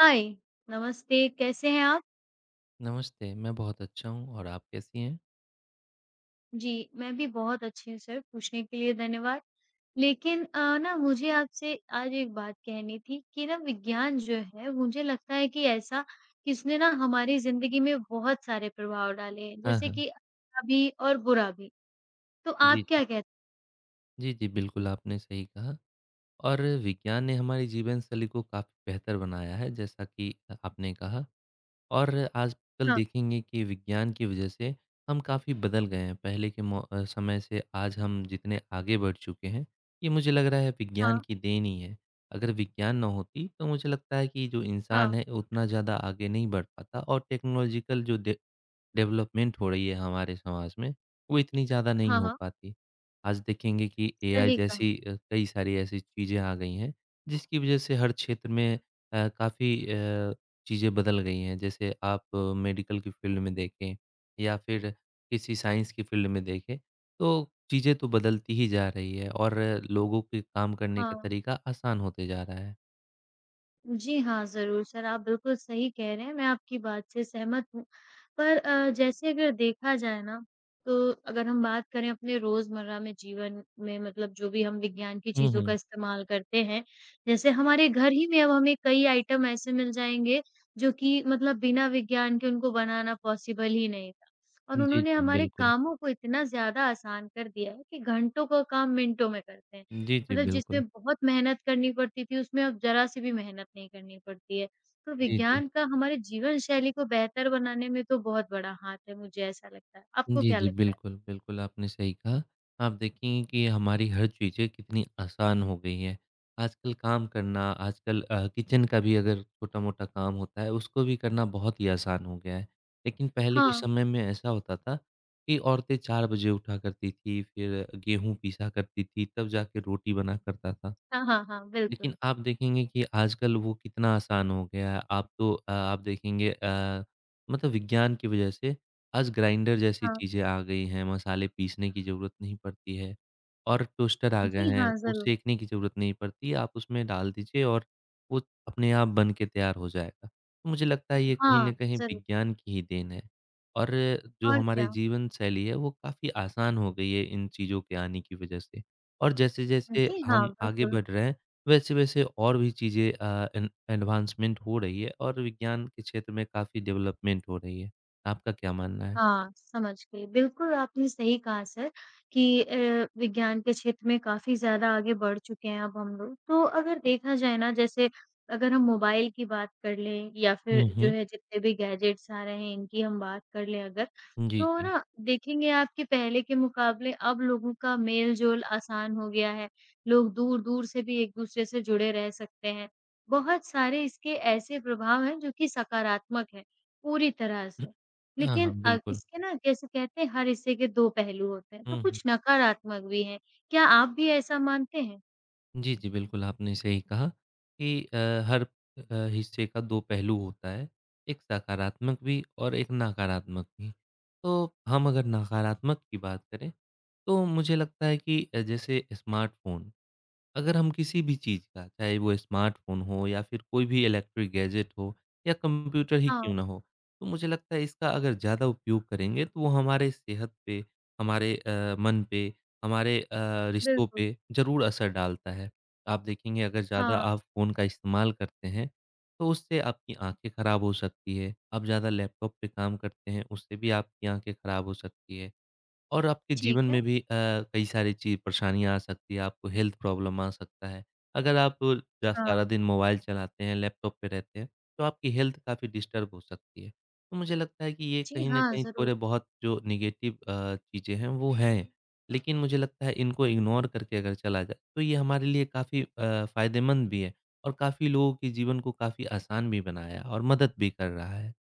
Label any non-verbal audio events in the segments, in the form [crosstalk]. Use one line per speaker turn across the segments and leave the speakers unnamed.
हाय, नमस्ते, कैसे हैं आप?
नमस्ते, मैं बहुत अच्छा हूँ और आप कैसी हैं?
जी, मैं भी बहुत अच्छी हूँ सर, पूछने के लिए धन्यवाद। लेकिन ना मुझे आपसे आज एक बात कहनी थी कि ना विज्ञान जो है, मुझे लगता है कि ऐसा कि इसने ना हमारी ज़िंदगी में बहुत सारे प्रभाव डाले हैं,
हाँ,
जैसे
हाँ।
कि अच्छा भी और बुरा भी। तो
जी,
आप
जी।
क्या कहते हैं?
जी, जी, बिल्कुल आपने सही कहा और विज्ञान ने हमारी जीवनशैली को काफ़ी बेहतर बनाया है जैसा कि आपने कहा और आजकल
हाँ,
देखेंगे कि विज्ञान की वजह से हम काफ़ी बदल गए हैं। पहले के समय से आज हम जितने आगे बढ़ चुके हैं, ये मुझे लग रहा है विज्ञान
हाँ,
की देन ही है। अगर विज्ञान ना होती तो मुझे लगता है कि जो इंसान
हाँ,
है उतना ज़्यादा आगे नहीं बढ़ पाता और टेक्नोलॉजिकल जो दे डेवलपमेंट हो रही है हमारे समाज में, वो इतनी ज़्यादा नहीं
हाँ,
हो
हाँ,
पाती। आज देखेंगे कि एआई
सही कहा।
जैसी कई सारी ऐसी चीज़ें आ गई हैं, जिसकी वज़ह से हर क्षेत्र में काफ़ी चीज़ें बदल गई हैं। जैसे आप मेडिकल की फ़ील्ड में देखें या फिर किसी साइंस की फ़ील्ड में देखें, तो चीज़ें तो बदलती ही जा रही है और लोगों के काम करने का
हाँ।
तरीका आसान होते जा रहा है।
जी हाँ, ज़रूर सर, आप बिल्कुल सही कह रहे हैं, मैं आपकी बात से सहमत हूँ। पर जैसे अगर देखा जाए ना, तो अगर हम बात करें अपने रोज़मर्रा में जीवन में मतलब जो भी हम विज्ञान की
हुँ,
चीज़ों का
हुँ।
इस्तेमाल करते हैं, जैसे हमारे घर ही में अब हमें कई आइटम ऐसे मिल जाएँगे, जो कि मतलब बिना विज्ञान के उनको बनाना पॉसिबल ही नहीं था। और
जी,
उन्होंने
जी,
हमारे
बिल्कुल।
कामों को इतना ज़्यादा आसान कर दिया है कि घंटों का काम मिनटों में करते हैं।
जी, जी,
मतलब
बिल्कुल।
जिसमें बहुत मेहनत करनी पड़ती थी, उसमें अब ज़रा-सी भी मेहनत नहीं करनी पड़ती है। तो
जी, जी।
विज्ञान का हमारे जीवन शैली को बेहतर बनाने में तो बहुत बड़ा हाथ है, मुझे ऐसा लगता है। आपको
जी,
क्या
जी।
लगता है?
बिल्कुल, बिल्कुल आपने सही कहा। आप देखेंगे कि हमारी हर चीज़ें कितनी आसान हो गई हैं। आजकल काम करना आजकल किचन का भी अगर छोटा-मोटा काम होता है उसको भी करना बहुत ही आसान हो गया है। लेकिन पहले
हाँ।
के समय में ऐसा होता था कि औरतें 4 बजे उठा करती थी, फिर गेहूँ पीसा करती थी, तब जाके रोटी बना करता था।
हाँ, हाँ, हाँ,
लेकिन
बिल्कुल।
आप देखेंगे कि आजकल वो कितना आसान हो गया है। आप देखेंगे मतलब विज्ञान की वजह से आज ग्राइंडर जैसी
हाँ।
चीज़ें आ गई हैं, मसाले पीसने की ज़रूरत नहीं पड़ती है और टोस्टर आ गए
जी
हैं,
हाँ,
वो
ज़रूर।
सेंकने की ज़रूरत नहीं पड़ती, आप उसमें डाल दीजिए और वो अपने आप बन के तैयार हो जाएगा। तो मुझे लगता है ये कहीं
हाँ,
न कहीं
ज़रूर।
विज्ञान की ही देन है और जो
और
हमारी
क्या?
जीवन शैली है, वो काफ़ी आसान हो गई है इन चीज़ों के आने की वजह से और जैसे-जैसे
जी हाँ,
हम आगे
बिल्कुल।
बढ़ रहे हैं वैसे-वैसे और भी चीज़ें एन एडवांसमेंट हो रही है और विज्ञान के क्षेत्र में काफ़ी डेवलपमेंट हो रही है। आपका क्या मानना है?
हाँ, समझ गई। बिल्कुल, आपने सही कहा सर कि विज्ञान के क्षेत्र में काफ़ी ज़्यादा आगे बढ़ चुके हैं अब हम लोग। तो अगर देखा जाए ना जैसे अगर हम मोबाइल की बात कर लें या
हुँ,
फिर जो
हुँ।
है जितने भी गैजेट्स आ रहे हैं इनकी हम बात कर लें अगर,
जी,
तो
जी।
ना देखेंगे आप कि पहले के मुकाबले अब लोगों का मेल-जोल आसान हो गया है। लोग दूर-दूर से भी एक-दूसरे से जुड़े रह सकते हैं। बहुत सारे इसके ऐसे प्रभाव हैं जो कि सकारात्मक हैं, पूरी तरह
[clears throat]
से।
हाँ,
लेकिन
हाँ, बिल्कुल।
इसके ना जैसे कहते हैं हर हिस्से के 2 पहलू होते हैं, तो
हुँ, हुँ।
कुछ नकारात्मक भी हैं। क्या आप भी ऐसा मानते हैं?
जी, जी, बिल्कुल आपने सही कहा कि हर हिस्से का 2 पहलू होता है, एक सकारात्मक भी और एक नकारात्मक भी। तो हम अगर नकारात्मक की बात करें, तो मुझे लगता है कि जैसे स्मार्टफ़ोन अगर हम किसी भी चीज़ का, चाहे वो स्मार्टफ़ोन हो या फिर कोई भी इलेक्ट्रिक गैजेट हो या कंप्यूटर ही
हाँ,
क्यों ना हो, तो मुझे लगता है इसका अगर ज़्यादा उपयोग करेंगे तो वो हमारे सेहत पे, हमारे मन पे, हमारे रिश्तों
बिल्कुल।
पे ज़रूर असर डालता है। आप देखेंगे अगर ज़्यादा
हाँ,
आप फ़ोन का इस्तेमाल करते हैं, तो उससे आपकी आँखें खराब हो सकती है। आप ज़्यादा लैपटॉप पे काम करते हैं, उससे भी आपकी आँखें खराब हो सकती है। और आपके जीवन
ठीक है।
में भी कई सारी ची परेशानियाँ आ सकती है, आपको हेल्थ प्रॉब्लम आ सकता है। अगर आप ज सारा
हाँ।
दिन मोबाइल चलाते हैं, लैपटॉप पे रहते हैं, तो आपकी हेल्थ काफ़ी डिस्टर्ब हो सकती है। तो मुझे लगता है कि ये
जी,
कहीं न
हाँ,
कहीं
ज़रूर।
थोड़े बहुत जो नेगेटिव चीज़ें हैं वो हैं। लेकिन मुझे लगता है इनको इग्नोर करके अगर चला जाए, तो ये हमारे लिए काफ़ी फ़ायदेमंद भी है और काफ़ी लोगों के जीवन को काफ़ी आसान भी बनाया और मदद भी कर रहा है।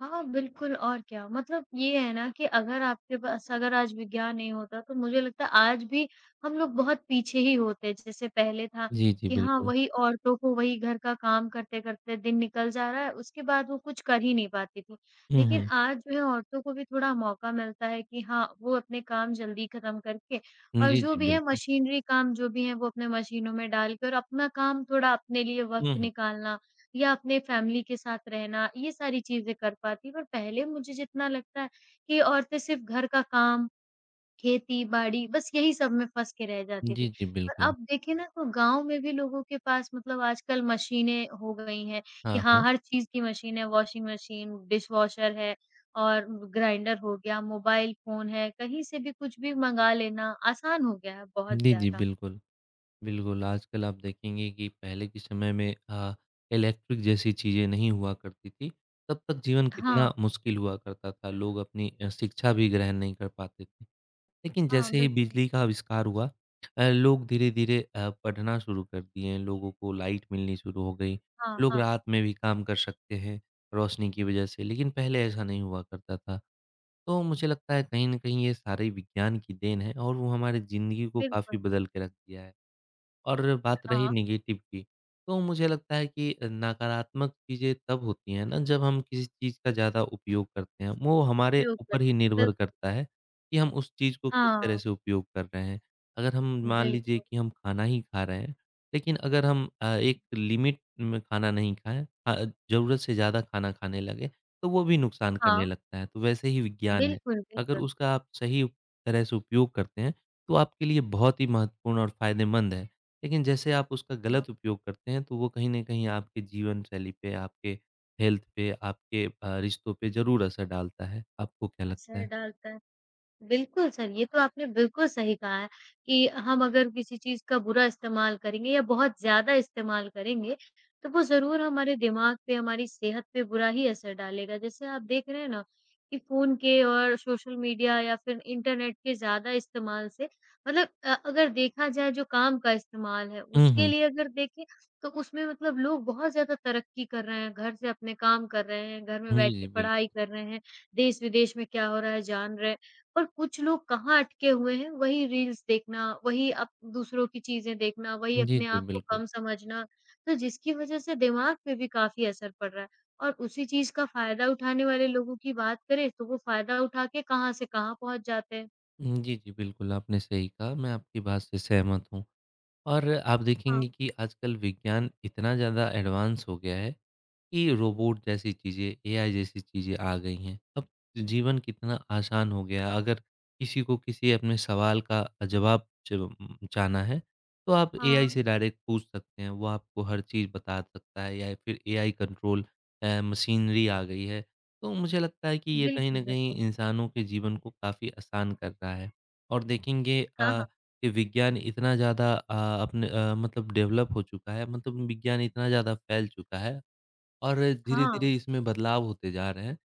हाँ, बिल्कुल और क्या। मतलब ये है ना कि अगर आपके पास अगर आज विज्ञान नहीं होता तो मुझे लगता है आज भी हम लोग बहुत पीछे ही होते। जैसे पहले था
जी, जी,
कि हाँ,
बिल्कुल।
वही औरतों को वही घर का काम करते-करते दिन निकल जा रहा है, उसके बाद वो कुछ कर ही नहीं पाती थी।
हुँ,
लेकिन
हुँ।
आज जो है औरतों को भी थोड़ा मौका मिलता है कि हाँ, वो अपने काम जल्दी खत्म करके और
जी,
जो
जी,
भी है
बिल्कुल।
मशीनरी काम जो भी है वो अपने मशीनों में डाल के और अपना काम थोड़ा अपने लिए
हुँ,
वक़्त
हुँ।
निकालना या अपने फैमिली के साथ रहना, ये सारी चीज़ें कर पाती। पर पहले मुझे जितना लगता है कि औरतें सिर्फ़ घर का काम, खेती-बाड़ी बस यही सब में फँस के रह जाती
जी,
थी।
जी,
पर
बिल्कुल।
अब देखें ना तो गाँव में भी लोगों के पास मतलब आजकल मशीनें हो गई हैं कि
हाँ,
हाँ,
हाँ।
हर चीज़ की मशीन है, वॉशिंग मशीन, डिशवॉशर है और ग्राइंडर हो गया, मोबाइल फ़ोन है, कहीं से भी कुछ भी मँगा लेना आसान हो गया है बहुत
जी, जी,
ज़्यादा।
बिल्कुल, बिल्कुल। आजकल आप देखेंगे कि पहले के समय में इलेक्ट्रिक जैसी चीज़ें नहीं हुआ करती थी, तब तक जीवन
हाँ,
कितना मुश्किल हुआ करता था। लोग अपनी शिक्षा भी ग्रहण नहीं कर पाते थे। लेकिन
हाँ,
जैसे ही
बिल्कुल।
बिजली का आविष्कार हुआ लोग धीरे-धीरे पढ़ना शुरू कर दिए। लोगों को लाइट मिलनी शुरू हो गई।
हाँ,
लोग
हाँ,
रात में भी काम कर सकते हैं रोशनी की वज़ह से, लेकिन पहले ऐसा नहीं हुआ करता था। तो मुझे लगता है कहीं न कहीं ये सारे विज्ञान की देन है और वो हमारी ज़िंदगी को काफ़ी
बिल्कुल।
बदल के रख दिया है। और बात रही
हाँ,
नेगेटिव की, तो मुझे लगता है कि नकारात्मक चीज़ें तब होती हैं ना जब हम किसी चीज़ का ज़्यादा उपयोग करते हैं। वो हमारे
प्रयोग कर
ऊपर ही निर्भर
बिल्कुल।
करता है कि हम उस चीज़ को किस तरह
हाँ,
से उपयोग कर रहे हैं। अगर हम मान लीजिए
बिल्कुल।
कि हम खाना ही खा रहे हैं, लेकिन अगर हम एक लिमिट में खाना नहीं खाएँ ज़रूरत से ज़्यादा खाना खाने लगे, तो वो भी नुकसान करने
हाँ,
लगता है। तो वैसे ही विज्ञान है,
बिल्कुल,
अगर
बिल्कुल।
उसका आप सही तरह से उपयोग करते हैं, तो आपके लिए बहुत ही महत्वपूर्ण और फ़ायदेमंद है। लेकिन जैसे आप उसका
हाँ,
गलत उपयोग करते हैं तो वो कहीं न कहीं आपके जीवन शैली पे, आपके हेल्थ पे, आपके रिश्तों पे ज़रूर असर डालता है। आपको क्या लगता
असर
है?
डालता बिल्कुल सर, ये तो आपने बिल्कुल सही कहा है कि हम अगर किसी चीज़ का बुरा इस्तेमाल करेंगे या बहुत ज़्यादा इस्तेमाल करेंगे, तो वो ज़रूर हमारे दिमाग पे, हमारी सेहत पे बुरा ही असर डालेगा। जैसे आप देख रहे हैं ना कि फ़ोन के और सोशल मीडिया या फिर इंटरनेट के ज़्यादा इस्तेमाल से मतलब अगर देखा जाए जो काम का इस्तेमाल है,
हुँ,
उसके
हुँ।
लिए अगर देखें तो उसमें मतलब लोग बहुत ज़्यादा तरक्की कर रहे हैं, घर से अपने काम कर रहे हैं, घर में
जी,
बैठ
जी,
के पढ़ाई
बिल्कुल।
कर रहे हैं, देश-विदेश में क्या हो रहा है जान रहे हैं। और कुछ लोग कहाँ अटके हुए हैं, वही रील्स देखना, वही अप दूसरों की चीज़ें देखना, वही
जी,
अपने
जी,
आप को
बिल्कुल।
कम समझना, तो जिसकी वजह से दिमाग पे भी काफ़ी असर पड़ रहा है। और उसी चीज़ का फ़ायदा उठाने वाले लोगों की बात करें, तो वो फ़ायदा उठा के कहाँ से कहाँ पहुँच जाते हैं।
जी, जी, बिल्कुल, आपने सही कहा, मैं आपकी बात से सहमत हूँ और आप
हाँ,
देखेंगे कि आजकल विज्ञान इतना ज़्यादा एडवांस हो गया है कि रोबोट जैसी चीज़ें, एआई जैसी चीज़ें आ गई हैं। अब जीवन कितना आसान हो गया है। अगर किसी को किसी अपने सवाल का जवाब च जाना है, तो आप
हाँ,
एआई से डायरेक्ट पूछ सकते हैं। वो आपको हर चीज़ बता सकता है या फिर एआई कंट्रोल मशीनरी आ गई है। तो मुझे लगता है कि ये कहीं
बिल्कुल,
न कहीं
बिल्कुल।
इंसानों के जीवन को काफ़ी आसान कर रहा है। और देखेंगे
हाँ, हाँ।
कि विज्ञान इतना ज़्यादा अपने मतलब डेवलप हो चुका है, मतलब विज्ञान इतना ज़्यादा फैल चुका है और धीरे-धीरे
हाँ,
इसमें बदलाव होते जा रहे हैं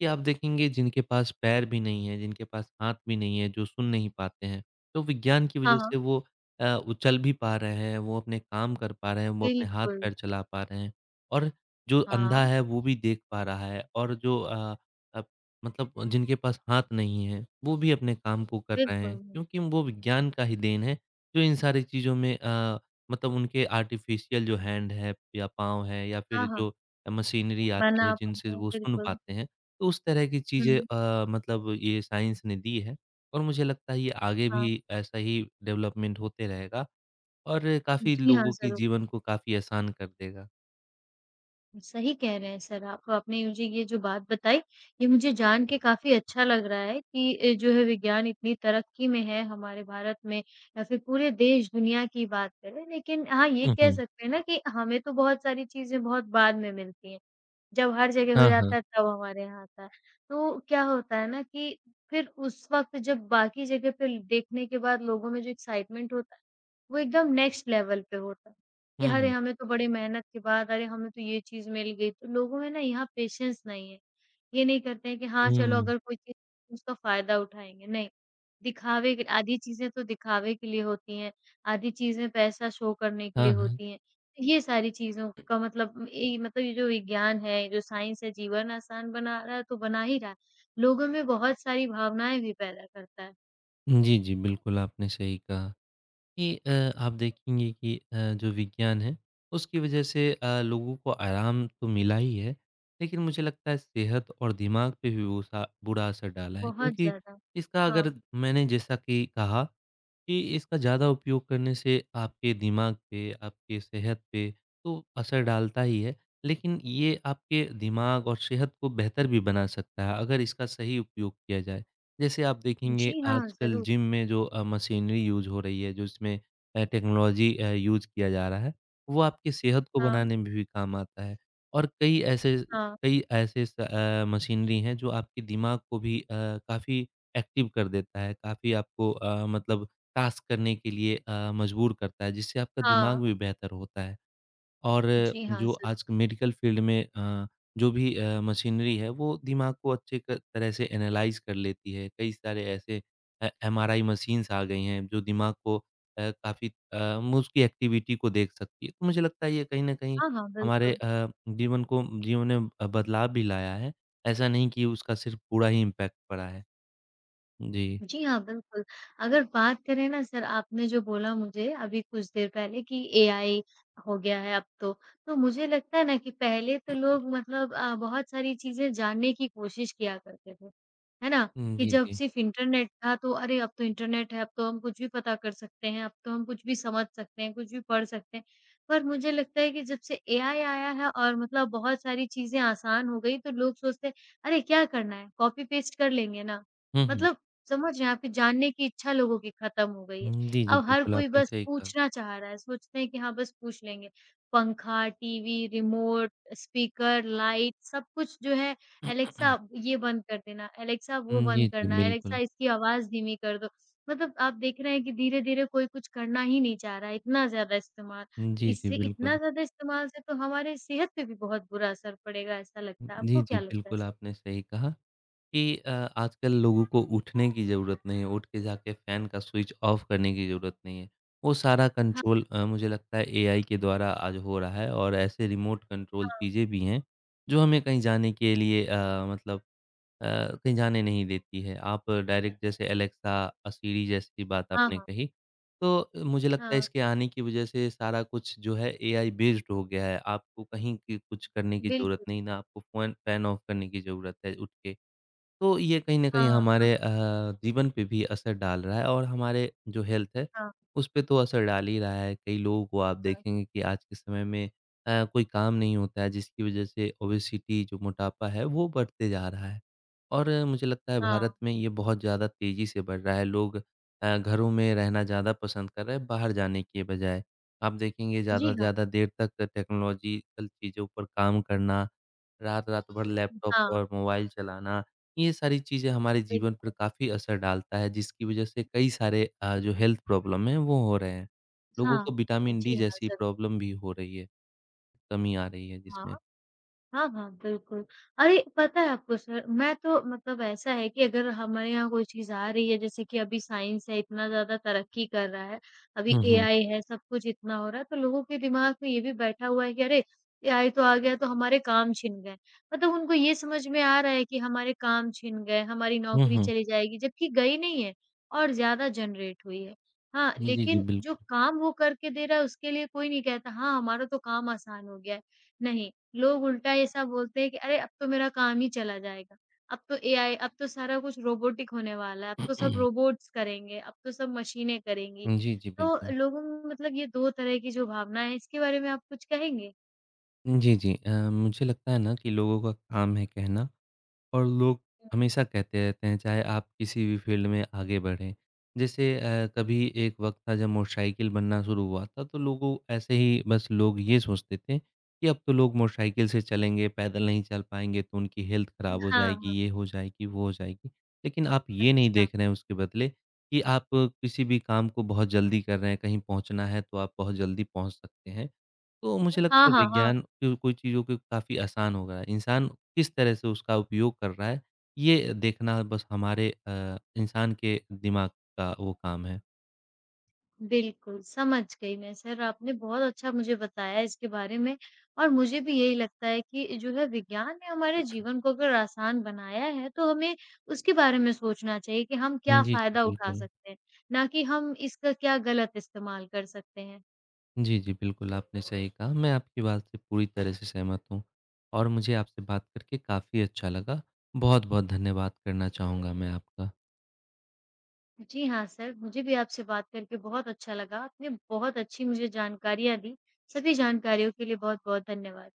कि आप देखेंगे जिनके पास पैर भी नहीं है, जिनके पास हाथ भी नहीं है, जो सुन नहीं पाते हैं, तो विज्ञान की
हाँ,
वजह
हाँ,
से वो चल भी पा रहे हैं, वो अपने काम कर पा रहे हैं, वो अपने
बिल्कुल।
हाथ-पैर चला पा रहे हैं और जो अंधा
हाँ,
है वो भी देख पा रहा है और जो अ, मतलब जिनके पास हाथ नहीं है, वो भी अपने काम को कर रहे हैं
बिल्कुल।
क्योंकि वो विज्ञान का ही देन है जो इन सारी चीज़ों में मतलब उनके आर्टिफ़िशियल जो हैंड है या पाँव है या
हाँ,
फिर
हाँ,
जो मशीनरी आती
बना,
है जिनसे
बना,
वो सुन
बिल्कुल।
पाते हैं। तो उस तरह की चीज़ें
हुँ,
मतलब ये साइंस ने दी है और मुझे लगता है ये आगे
हाँ।
भी ऐसा ही डेवलपमेंट होते रहेगा और काफ़ी
जी हाँ,
लोगों के
ज़रूर।
जीवन को काफ़ी आसान कर देगा।
सही कह रहे हैं सर आप। आपने मुझे ये जो बात बताई, ये मुझे जान के काफ़ी अच्छा लग रहा है कि जो है विज्ञान इतनी तरक्की में है हमारे भारत में या फिर पूरे देश दुनिया की बात करें। लेकिन हाँ, ये
हुँ,
कह
हुँ।
सकते हैं ना कि हमें तो बहुत सारी चीज़ें बहुत बाद में मिलती हैं। जब हर जगह हो
हाँ,
जाता
हाँ।
है तब हमारे यहाँ आता है। तो क्या होता है ना कि फिर उस वक़्त जब बाकी जगह पे देखने के बाद लोगों में जो एक्साइटमेंट होता है वो एकदम नेक्स्ट लेवल पे होता है, कि
हुँ,
अरे
हुँ।
हमें तो बड़ी मेहनत के बाद अरे हमें तो ये चीज़ मिल गई। तो लोगों में ना यहाँ पेशेंस नहीं है। ये नहीं करते हैं कि हाँ, चलो
हुँ।
अगर कोई चीज़ उसका फ़ायदा उठाएँगे, नहीं। दिखावे के आधी चीज़ें तो दिखावे के लिए होती हैं, आधी चीज़ें पैसा शो करने के
हाँ,
लिए
हाँ।
होती हैं। ये सारी चीज़ों का मतलब ये जो विज्ञान है, ये जो साइंस है, जीवन आसान बना रहा है तो बना ही रहा है। लोगों में बहुत सारी भावनाएँ भी पैदा करता है,
जी, जी, बिल्कुल आपने सही कहा। कि आप देखेंगे कि जो विज्ञान है उसकी वजह से लोगों को आराम तो मिला ही है, लेकिन मुझे लगता है सेहत और दिमाग पे भी वो सा बुरा असर डाला है
बहुत
क्योंकि
ज़्यादा।
इसका
हाँ।
अगर मैंने जैसा कि कहा कि इसका ज़्यादा उपयोग करने से आपके दिमाग पे, आपकी सेहत पे तो असर डालता ही है, लेकिन ये आपके दिमाग और सेहत को बेहतर भी बना सकता है, अगर इसका सही उपयोग किया जाए। जैसे आप देखेंगे
जी हाँ,
आजकल
ज़रूर।
जिम में जो मशीनरी यूज़ हो रही है, जो इसमें टेक्नोलॉजी यूज़ किया जा रहा है, वो आपकी सेहत को
हाँ,
बनाने में भी काम आता है। और कई ऐसे
हाँ,
कई ऐसे मशीनरी हैं जो आपके दिमाग को भी काफ़ी एक्टिव कर देता है, काफ़ी आपको मतलब टास्क करने के लिए मजबूर करता है, जिससे आपका दिमाग
हाँ।
भी बेहतर होता है। और
जी हाँ,
जो
ज़रूर।
आज मेडिकल फील्ड में जो भी मशीनरी है, वो दिमाग को अच्छे क तरह से एनालाइज़ कर लेती है। कई सारे ऐसे एमआरआई मशीन्स आ गई हैं, जो दिमाग को काफ़ी म उसकी एक्टिविटी को देख सकती है। तो मुझे लगता है, ये कहीं न कहीं
हाँ, हाँ,
हमारे
बिल्कुल।
जीवन में बदलाव भी लाया है। ऐसा नहीं कि उसका सिर्फ़ बुरा ही इम्पैक्ट पड़ा है। जी।
जी हाँ, बिल्कुल। अगर बात करें ना सर आपने जो बोला मुझे अभी कुछ देर पहले कि एआई हो गया है अब तो मुझे लगता है ना कि पहले तो लोग मतलब बहुत सारी चीज़ें जानने की कोशिश किया करते थे, है ना?
हुँ,
कि
जी,
जब
जी।
सिर्फ़ इंटरनेट था तो अरे अब तो इंटरनेट है, अब तो हम कुछ भी पता कर सकते हैं, अब तो हम कुछ भी समझ सकते हैं, कुछ भी पढ़ सकते हैं। पर मुझे लगता है कि जब से एआई आया है और मतलब बहुत सारी चीज़ें आसान हो गई तो लोग सोचते हैं, अरे क्या करना है, कॉपी पेस्ट कर लेंगे ना।
हुँ, हुँ।
मतलब समझ रहे हैं, आपकी जानने की इच्छा लोगों की खत्म हो गई है।
हुँ, जी, जी,
अब हर
बिल्कुल,
कोई
आपने
बस
सही कहा।
पूछना चाह रहा है, सोचते हैं कि हाँ, बस पूछ लेंगे। पंखा, टीवी, रिमोट, स्पीकर, लाइट सब कुछ जो है एलेक्सा ये बंद कर देना, एलेक्सा वो
हुँ, जी,
बंद
जी,
करना, एलेक्सा
बिल्कुल।
इसकी आवाज़ धीमी कर दो। मतलब आप देख रहे हैं कि धीरे-धीरे कोई कुछ करना ही नहीं चाह रहा है, इतना ज़्यादा इस्तेमाल।
जी, जी,
इससे इतना
बिल्कुल।
ज़्यादा इस्तेमाल से तो हमारे सेहत पे भी बहुत बुरा असर पड़ेगा ऐसा लगता है।
जी,
आपको
जी,
क्या लगता है
बिल्कुल,
सर?
आपने सही कहा कि आजकल लोगों को उठने की ज़रूरत नहीं है, उठ के जाके फ़ैन का स्विच ऑफ़ करने की ज़रूरत नहीं है। वो सारा
हाँ,
कंट्रोल मुझे लगता है एआई के द्वारा आज हो रहा है और ऐसे रिमोट कंट्रोल
हाँ।
चीज़ें भी हैं, जो हमें कहीं जाने के लिए मतलब अ, कहीं जाने नहीं देती है। आप डायरेक्ट जैसे एलेक्सा सीरी जैसी बात
हाँ,
आपने
हाँ।
कही, तो मुझे लगता है
हाँ,
इसके आने की वज़ह से सारा कुछ जो है एआई बेस्ड हो गया है। आपको कहीं की कुछ करने की ज़रूरत
बिल्कुल।
नहीं, ना आपको फ़ोन फैन ऑफ करने की ज़रूरत है उठ के। तो ये कहीं न कहीं
हाँ,
हमारे
हाँ,
जीवन पे भी असर डाल रहा है और हमारे जो हेल्थ है,
हाँ,
उस पे तो असर डाल ही रहा है। कई लोगों को आप
हाँ,
देखेंगे कि आज के समय में कोई काम नहीं होता है जिसकी वज़ह से ओबेसिटी जो मोटापा है वो बढ़ते जा रहा है। और मुझे लगता है
हाँ,
भारत में ये बहुत ज़्यादा तेज़ी से बढ़ रहा है। लोग घरों में रहना ज़्यादा पसंद कर रहे हैं बाहर जाने के बजाय। आप देखेंगे
जी
ज़्यादा से
हाँ,
ज़्यादा देर तक टेक्नोलॉजिकल चीज़ों पर काम करना, रात-रात भर लैपटॉप
हाँ,
और मोबाइल चलाना ये सारी चीज़ें हमारे जीवन पर
बिल्कुल,
काफ़ी असर डालता है जिसकी वज़ह से कई सारे जो हेल्थ प्रॉब्लम हैं वो हो रहे हैं। लोगों को
हाँ,
विटामिन डी
जी हाँ,
जैसी
ज़रूर,
प्रॉब्लम भी हो रही है, कमी आ रही है
हाँ,
जिसमें।
हाँ, हाँ, बिल्कुल। अरे! पता है आपको सर, मैं तो मतलब ऐसा है कि अगर हमारे यहाँ कोई चीज़ आ रही है, जैसे कि अभी साइंस है, इतना ज़्यादा तरक्की कर रहा है, अभी
हुँ, हुँ।
एआई है, सब कुछ इतना हो रहा है, तो लोगों के दिमाग में ये भी बैठा हुआ है कि अरे! एआई तो आ गया, तो हमारे काम छिन गए। मतलब उनको ये समझ में आ रहा है कि हमारे काम छिन गए, हमारी
हुँ,
नौकरी
हुँ।
चली जाएगी, जबकि गई नहीं है और ज़्यादा जनरेट हुई है। हाँ,
जी, जी,
लेकिन जो
बिल्कुल।
काम वो करके दे रहा है, उसके लिए कोई नहीं कहता, "हाँ, हमारा तो काम आसान हो गया है।" नहीं, लोग उल्टा ये सब बोलते हैं कि अरे अब तो मेरा काम ही चला जाएगा। अब तो सारा कुछ रोबोटिक होने वाला है, अब तो सब
[clears throat]
रोबोट्स करेंगे, अब तो सब मशीनें करेंगी।
जी, जी,
तो
बिल्कुल।
लोगों में मतलब ये 2 तरह की जो भावना है इसके बारे में आप कुछ कहेंगे?
जी, जी। मुझे लगता है ना कि लोगों का काम है कहना और लोग
हुँ,
हमेशा कहते रहते हैं चाहे आप किसी भी फील्ड में आगे बढ़ें। जैसे कभी एक वक़्त था जब मोटरसाइकिल बनना शुरू हुआ था तो लोगों ऐसे ही बस लोग ये सोचते थे कि अब तो लोग मोटरसाइकिल से चलेंगे, पैदल नहीं चल पाएँगे तो उनकी हेल्थ
हुँ।
ख़राब हो
हाँ,
जाएगी,
हाँ।
ये हो जाएगी, वो हो जाएगी। लेकिन आप ये नहीं
अच्छा।
देख रहे हैं उसके बदले कि आप किसी भी काम को बहुत जल्दी कर रहे हैं, कहीं पहुँचना है तो आप बहुत जल्दी पहुँच सकते हैं। तो मुझे लगता
हाँ,
है
हाँ, हाँ।
विज्ञान को कोई चीज़ों को काफ़ी आसान हो गया है। इंसान किस तरह से उसका उपयोग कर रहा है, ये देखना बस हमारे इंसान के दिमाग का वो काम है।
बिल्कुल, समझ गई मैं सर, आपने बहुत अच्छा मुझे बताया इसके बारे में और मुझे भी यही लगता है कि जो है विज्ञान ने हमारे जीवन को अगर आसान बनाया है, तो हमें उसके बारे में सोचना चाहिए कि हम
जी,
क्या
जी,
फ़ायदा उठा
बिल्कुल।
सकते हैं, ना कि हम इसका क्या गलत इस्तेमाल कर सकते हैं।
जी, जी, बिल्कुल, आपने सही कहा। मैं आपकी बात से पूरी तरह से सहमत हूँ और मुझे आपसे बात करके काफ़ी अच्छा लगा। बहुत-बहुत धन्यवाद करना चाहूँगा मैं आपका।
जी हाँ सर, मुझे भी आपसे बात करके बहुत अच्छा लगा, आपने बहुत अच्छी मुझे जानकारियाँ दी, सभी जानकारियों के लिए बहुत-बहुत धन्यवाद।